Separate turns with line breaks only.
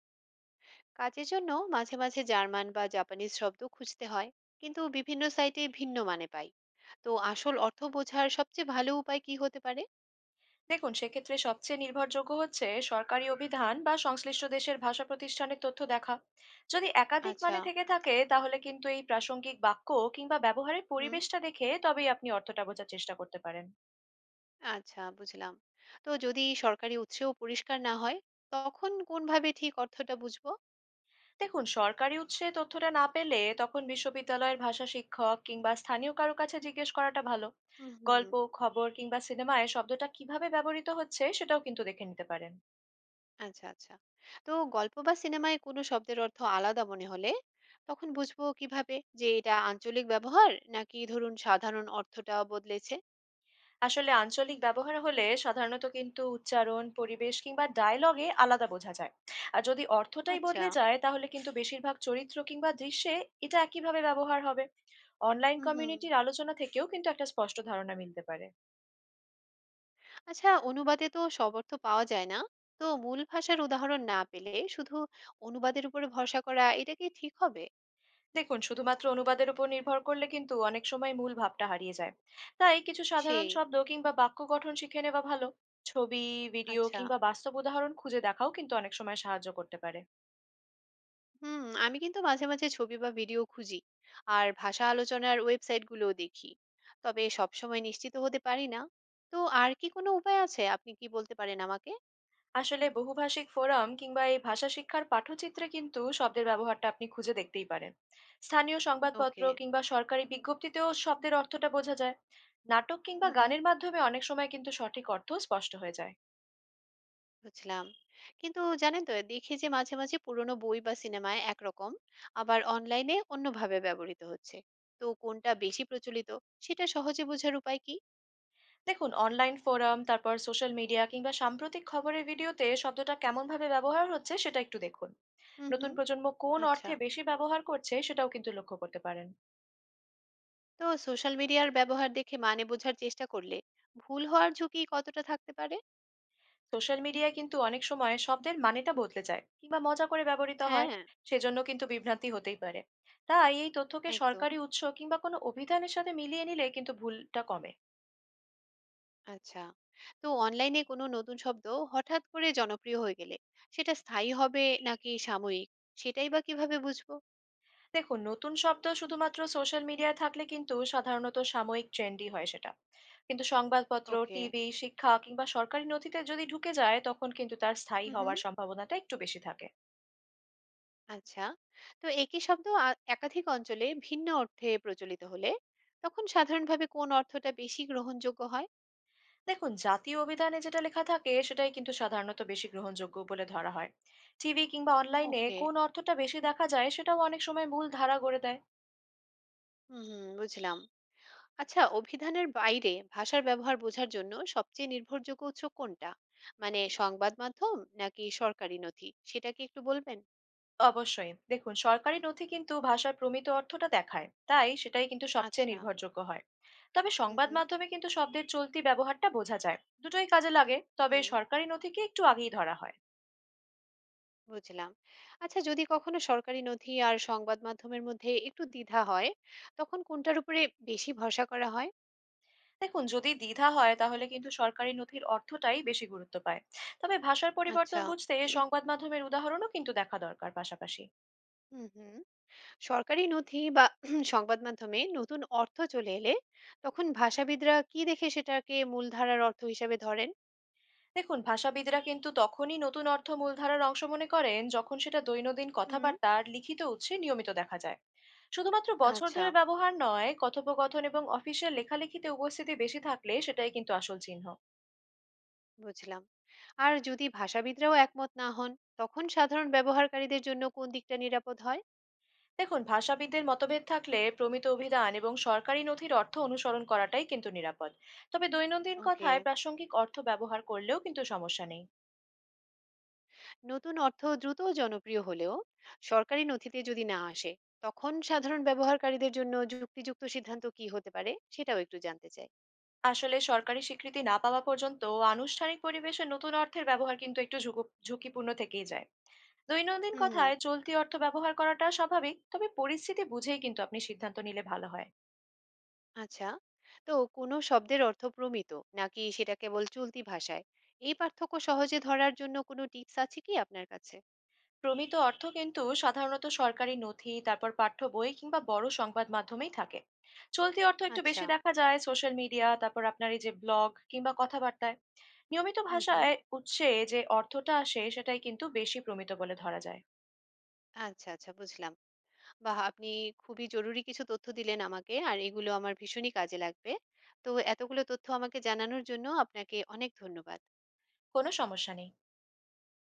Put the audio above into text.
কাজের জন্য মাঝে মাঝে জার্মান বা জাপানিজ শব্দ খুঁজতে হয়। কিন্তু বিভিন্ন সাইটে ভিন্ন মানে পাই। তো আসল অর্থ বোঝার সবচেয়ে ভালো উপায় কি হতে পারে?
দেখুন, সেক্ষেত্রে সবচেয়ে নির্ভরযোগ্য হচ্ছে সরকারি অভিধান বা সংশ্লিষ্ট দেশের ভাষা প্রতিষ্ঠানের তথ্য দেখা। যদি একাধিক
আচ্ছা।
মানে থেকে থাকে, তাহলে কিন্তু এই প্রাসঙ্গিক বাক্য কিংবা ব্যবহারের
হুম।
পরিবেশটা দেখে তবেই আপনি অর্থটা বোঝার চেষ্টা করতে পারেন।
আচ্ছা, বুঝলাম। তো যদি সরকারি উৎসেও পরিষ্কার না হয়, তখন কোনভাবে ঠিক অর্থটা বুঝবো?
দেখুন, সরকারি উৎসে তথ্যটা না পেলে তখন বিশ্ববিদ্যালয়ের ভাষা শিক্ষক কিংবা স্থানীয় কারো কাছে জিজ্ঞেস করাটা ভালো।
হুম হুম।
গল্প, খবর কিংবা সিনেমায় শব্দটা কিভাবে ব্যবহৃত হচ্ছে সেটাও কিন্তু দেখে নিতে পারেন।
আচ্ছা আচ্ছা। তো গল্প বা সিনেমায় কোনো শব্দের অর্থ আলাদা মনে হলে, তখন বুঝবো কিভাবে যে এটা আঞ্চলিক ব্যবহার নাকি ধরুন সাধারণ অর্থটা বদলেছে?
আসলে আঞ্চলিক ব্যবহার হলে সাধারণত কিন্তু উচ্চারণ, পরিবেশ কিংবা ডায়লগে আলাদা বোঝা যায়। আর যদি অর্থটাই
আচ্ছা।
বদলে যায়, তাহলে কিন্তু বেশিরভাগ চরিত্র কিংবা দৃশ্যে এটা একইভাবে ব্যবহার হবে। অনলাইন
হুম হুম।
কমিউনিটির আলোচনা থেকেও কিন্তু একটা স্পষ্ট ধারণা মিলতে পারে।
আচ্ছা, অনুবাদে তো সব অর্থ পাওয়া যায় না। তো মূল ভাষার উদাহরণ না পেলে শুধু অনুবাদের উপরে ভরসা করা, এটা কি ঠিক হবে?
দেখুন, শুধুমাত্র অনুবাদের উপর নির্ভর করলে কিন্তু অনেক সময় মূল ভাবটা হারিয়ে যায়। তাই কিছু সাধারণ
সেই।
শব্দ কিংবা বাক্য গঠন শিখে নেওয়া ভালো। ছবি, ভিডিও
আচ্ছা।
কিংবা বাস্তব উদাহরণ খুঁজে দেখাও কিন্তু অনেক সময় সাহায্য করতে পারে।
হুম, আমি কিন্তু মাঝে মাঝে ছবি বা ভিডিও খুঁজি। আর ভাষা আলোচনার ওয়েবসাইটগুলোও দেখি, তবে সবসময় নিশ্চিত হতে পারি না। তো আর কি কোনো উপায় আছে, আপনি কি বলতে পারেন আমাকে?
আসলে বহুভাষিক ফোরাম কিংবা এই ভাষা শিক্ষার পাঠচিত্রে কিন্তু শব্দের ব্যবহারটা আপনি খুঁজে দেখতেই পারেন। স্থানীয় সংবাদপত্র
ওকে।
কিংবা সরকারি বিজ্ঞপ্তিতেও শব্দের অর্থটা বোঝা যায়। নাটক কিংবা
হুম হুম,
গানের মাধ্যমে অনেক সময় কিন্তু সঠিক অর্থ স্পষ্ট হয়ে যায়।
বুঝলাম। কিন্তু জানেন তো, দেখি যে মাঝে, মাঝে পুরোনো বই বা সিনেমায় একরকম, আবার অনলাইনে অন্যভাবে ব্যবহৃত হচ্ছে। তো কোনটা বেশি প্রচলিত, সেটা সহজে বোঝার উপায় কি?
দেখুন, অনলাইন ফোরাম, তারপর সোশ্যাল মিডিয়া কিংবা সাম্প্রতিক খবরের ভিডিওতে শব্দটা কেমনভাবে ব্যবহার হচ্ছে সেটা একটু দেখুন।
হুম,
নতুন
হুম।
প্রজন্ম কোন
আচ্ছা।
অর্থে বেশি ব্যবহার করছে সেটাও কিন্তু লক্ষ্য করতে পারেন।
তো সোশ্যাল মিডিয়ার ব্যবহার দেখে মানে বোঝার চেষ্টা করলে ভুল হওয়ার ঝুঁকি কতটা থাকতে পারে?
সোশ্যাল মিডিয়ায় কিন্তু অনেক সময় শব্দের মানেটা বদলে যায় কিংবা মজা করে ব্যবহৃত হয়।
হ্যাঁ,
সেজন্য কিন্তু বিভ্রান্তি হতেই পারে। তাই এই তথ্যকে
একদম।
সরকারি উৎস কিংবা কোনো অভিধানের সাথে মিলিয়ে নিলে কিন্তু ভুলটা কমে।
আচ্ছা। তো অনলাইনে কোনো নতুন শব্দ হঠাৎ করে জনপ্রিয় হয়ে গেলে সেটা স্থায়ী হবে নাকি সাময়িক, সেটাই বা কিভাবে বুঝবো?
দেখুন, নতুন শব্দ শুধুমাত্র সোশ্যাল মিডিয়ায় থাকলে কিন্তু সাধারণত সাময়িক ট্রেন্ডই হয় সেটা। কিন্তু সংবাদপত্র,
ওকে।
টিভি, শিক্ষা কিংবা সরকারি নথিতে যদি ঢুকে যায়, তখন কিন্তু তার স্থায়ী
হুম, হুম।
হওয়ার সম্ভাবনাটা একটু বেশি থাকে।
আচ্ছা, তো একই শব্দ একাধিক অঞ্চলে ভিন্ন অর্থে প্রচলিত হলে তখন সাধারণভাবে কোন অর্থটা বেশি গ্রহণযোগ্য হয়?
দেখুন, জাতীয় অভিধানে যেটা লেখা থাকে সেটাই কিন্তু সাধারণত বেশি গ্রহণযোগ্য বলে ধরা হয়। টিভি কিংবা অনলাইনে
ওকে,
কোন অর্থটা বেশি দেখা যায় সেটাও অনেক সময় মূল ধারা গড়ে দেয়।
হুম হুম, বুঝলাম। আচ্ছা, অভিধানের বাইরে ভাষার ব্যবহার বোঝার জন্য সবচেয়ে নির্ভরযোগ্য উৎস কোনটা? মানে সংবাদ মাধ্যম নাকি সরকারি নথি? সেটা কি একটু বলবেন?
অবশ্যই, দেখুন, সরকারি নথি কিন্তু ভাষার প্রমিত অর্থটা দেখায়, তাই সেটাই কিন্তু সবচেয়ে
আচ্ছা,
নির্ভরযোগ্য হয়। তবে
হুম
সংবাদ
হুম,
মাধ্যমে কিন্তু শব্দের চলতি ব্যবহারটা বোঝা যায়। দুটোই কাজে লাগে, তবে
হুম,
সরকারি নথিকে একটু আগেই ধরা হয়।
বুঝলাম। আচ্ছা, যদি কখনো সরকারি নথি আর সংবাদ মাধ্যমের মধ্যে একটু দ্বিধা হয়, তখন কোনটার উপরে বেশি ভরসা করা হয়?
দেখুন, যদি দ্বিধা হয়, তাহলে কিন্তু সরকারি নথির অর্থটাই বেশি গুরুত্ব পায়। তবে ভাষার
আচ্ছা।
পরিবর্তন বুঝতে সংবাদ মাধ্যমের উদাহরণও কিন্তু দেখা দরকার পাশাপাশি।
হুম, হুম। সরকারি নথি বা সংবাদ মাধ্যমে নতুন অর্থ চলে এলে তখন ভাষাবিদরা কি দেখে সেটাকে মূলধারার অর্থ হিসেবে ধরেন?
দেখুন, ভাষাবিদরা কিন্তু তখনই নতুন অর্থ মূলধারার অংশ মনে করেন, যখন সেটা দৈনন্দিন
হুম।
কথাবার্তা আর লিখিত উৎসে নিয়মিত দেখা যায়। শুধুমাত্র বছর
আচ্ছা,
ধরে ব্যবহার নয়, কথোপকথন এবং অফিসিয়াল লেখালেখিতে উপস্থিতি বেশি থাকলে সেটাই কিন্তু আসল চিহ্ন।
বুঝলাম। আর যদি ভাষাবিদরাও একমত না হন, তখন সাধারণ ব্যবহারকারীদের জন্য কোন দিকটা নিরাপদ হয়?
দেখুন, ভাষাবিদদের মতভেদ থাকলে প্রমিত অভিধান এবং সরকারি নথির অর্থ অনুসরণ করাটাই কিন্তু নিরাপদ। তবে দৈনন্দিন
ওকে।
কথায় প্রাসঙ্গিক অর্থ ব্যবহার করলেও কিন্তু সমস্যা নেই।
নতুন অর্থ দ্রুত জনপ্রিয় হলেও সরকারি নথিতে যদি না আসে, তখন সাধারণ ব্যবহারকারীদের জন্য যুক্তিযুক্ত সিদ্ধান্ত কি হতে পারে, সেটাও একটু জানতে চাই।
আসলে সরকারি স্বীকৃতি না পাওয়া পর্যন্ত আনুষ্ঠানিক পরিবেশে নতুন অর্থের ব্যবহার কিন্তু একটু ঝুঁকিপূর্ণ থেকেই যায়। দৈনন্দিন
হুম।
কথায় চলতি অর্থ ব্যবহার করাটা স্বাভাবিক, তবে পরিস্থিতি বুঝেই কিন্তু আপনি সিদ্ধান্ত নিলে ভালো হয়।
আচ্ছা, তো কোনো শব্দের অর্থ প্রমিত নাকি সেটা কেবল চলতি ভাষায়, এই পার্থক্য সহজে ধরার জন্য কোনো টিপস আছে কি আপনার কাছে?
প্রমিত অর্থ কিন্তু সাধারণত সরকারি নথি, তারপর পাঠ্য বই কিংবা বড় সংবাদ মাধ্যমেই থাকে। চলতি অর্থ একটু
আচ্ছা।
বেশি দেখা যায় সোশ্যাল মিডিয়া, তারপর আপনার এই যে ব্লগ কিংবা কথাবার্তায়। নিয়মিত
হুম হুম।
ভাষায় উৎসে যে অর্থটা আসে সেটাই কিন্তু বেশি প্রমিত বলে ধরা যায়।
আচ্ছা আচ্ছা, বুঝলাম। বাহ, আপনি খুবই জরুরি কিছু তথ্য দিলেন আমাকে, আর এগুলো আমার ভীষণই কাজে লাগবে। তো এতগুলো তথ্য আমাকে জানানোর জন্য আপনাকে অনেক ধন্যবাদ।
কোনো সমস্যা নেই।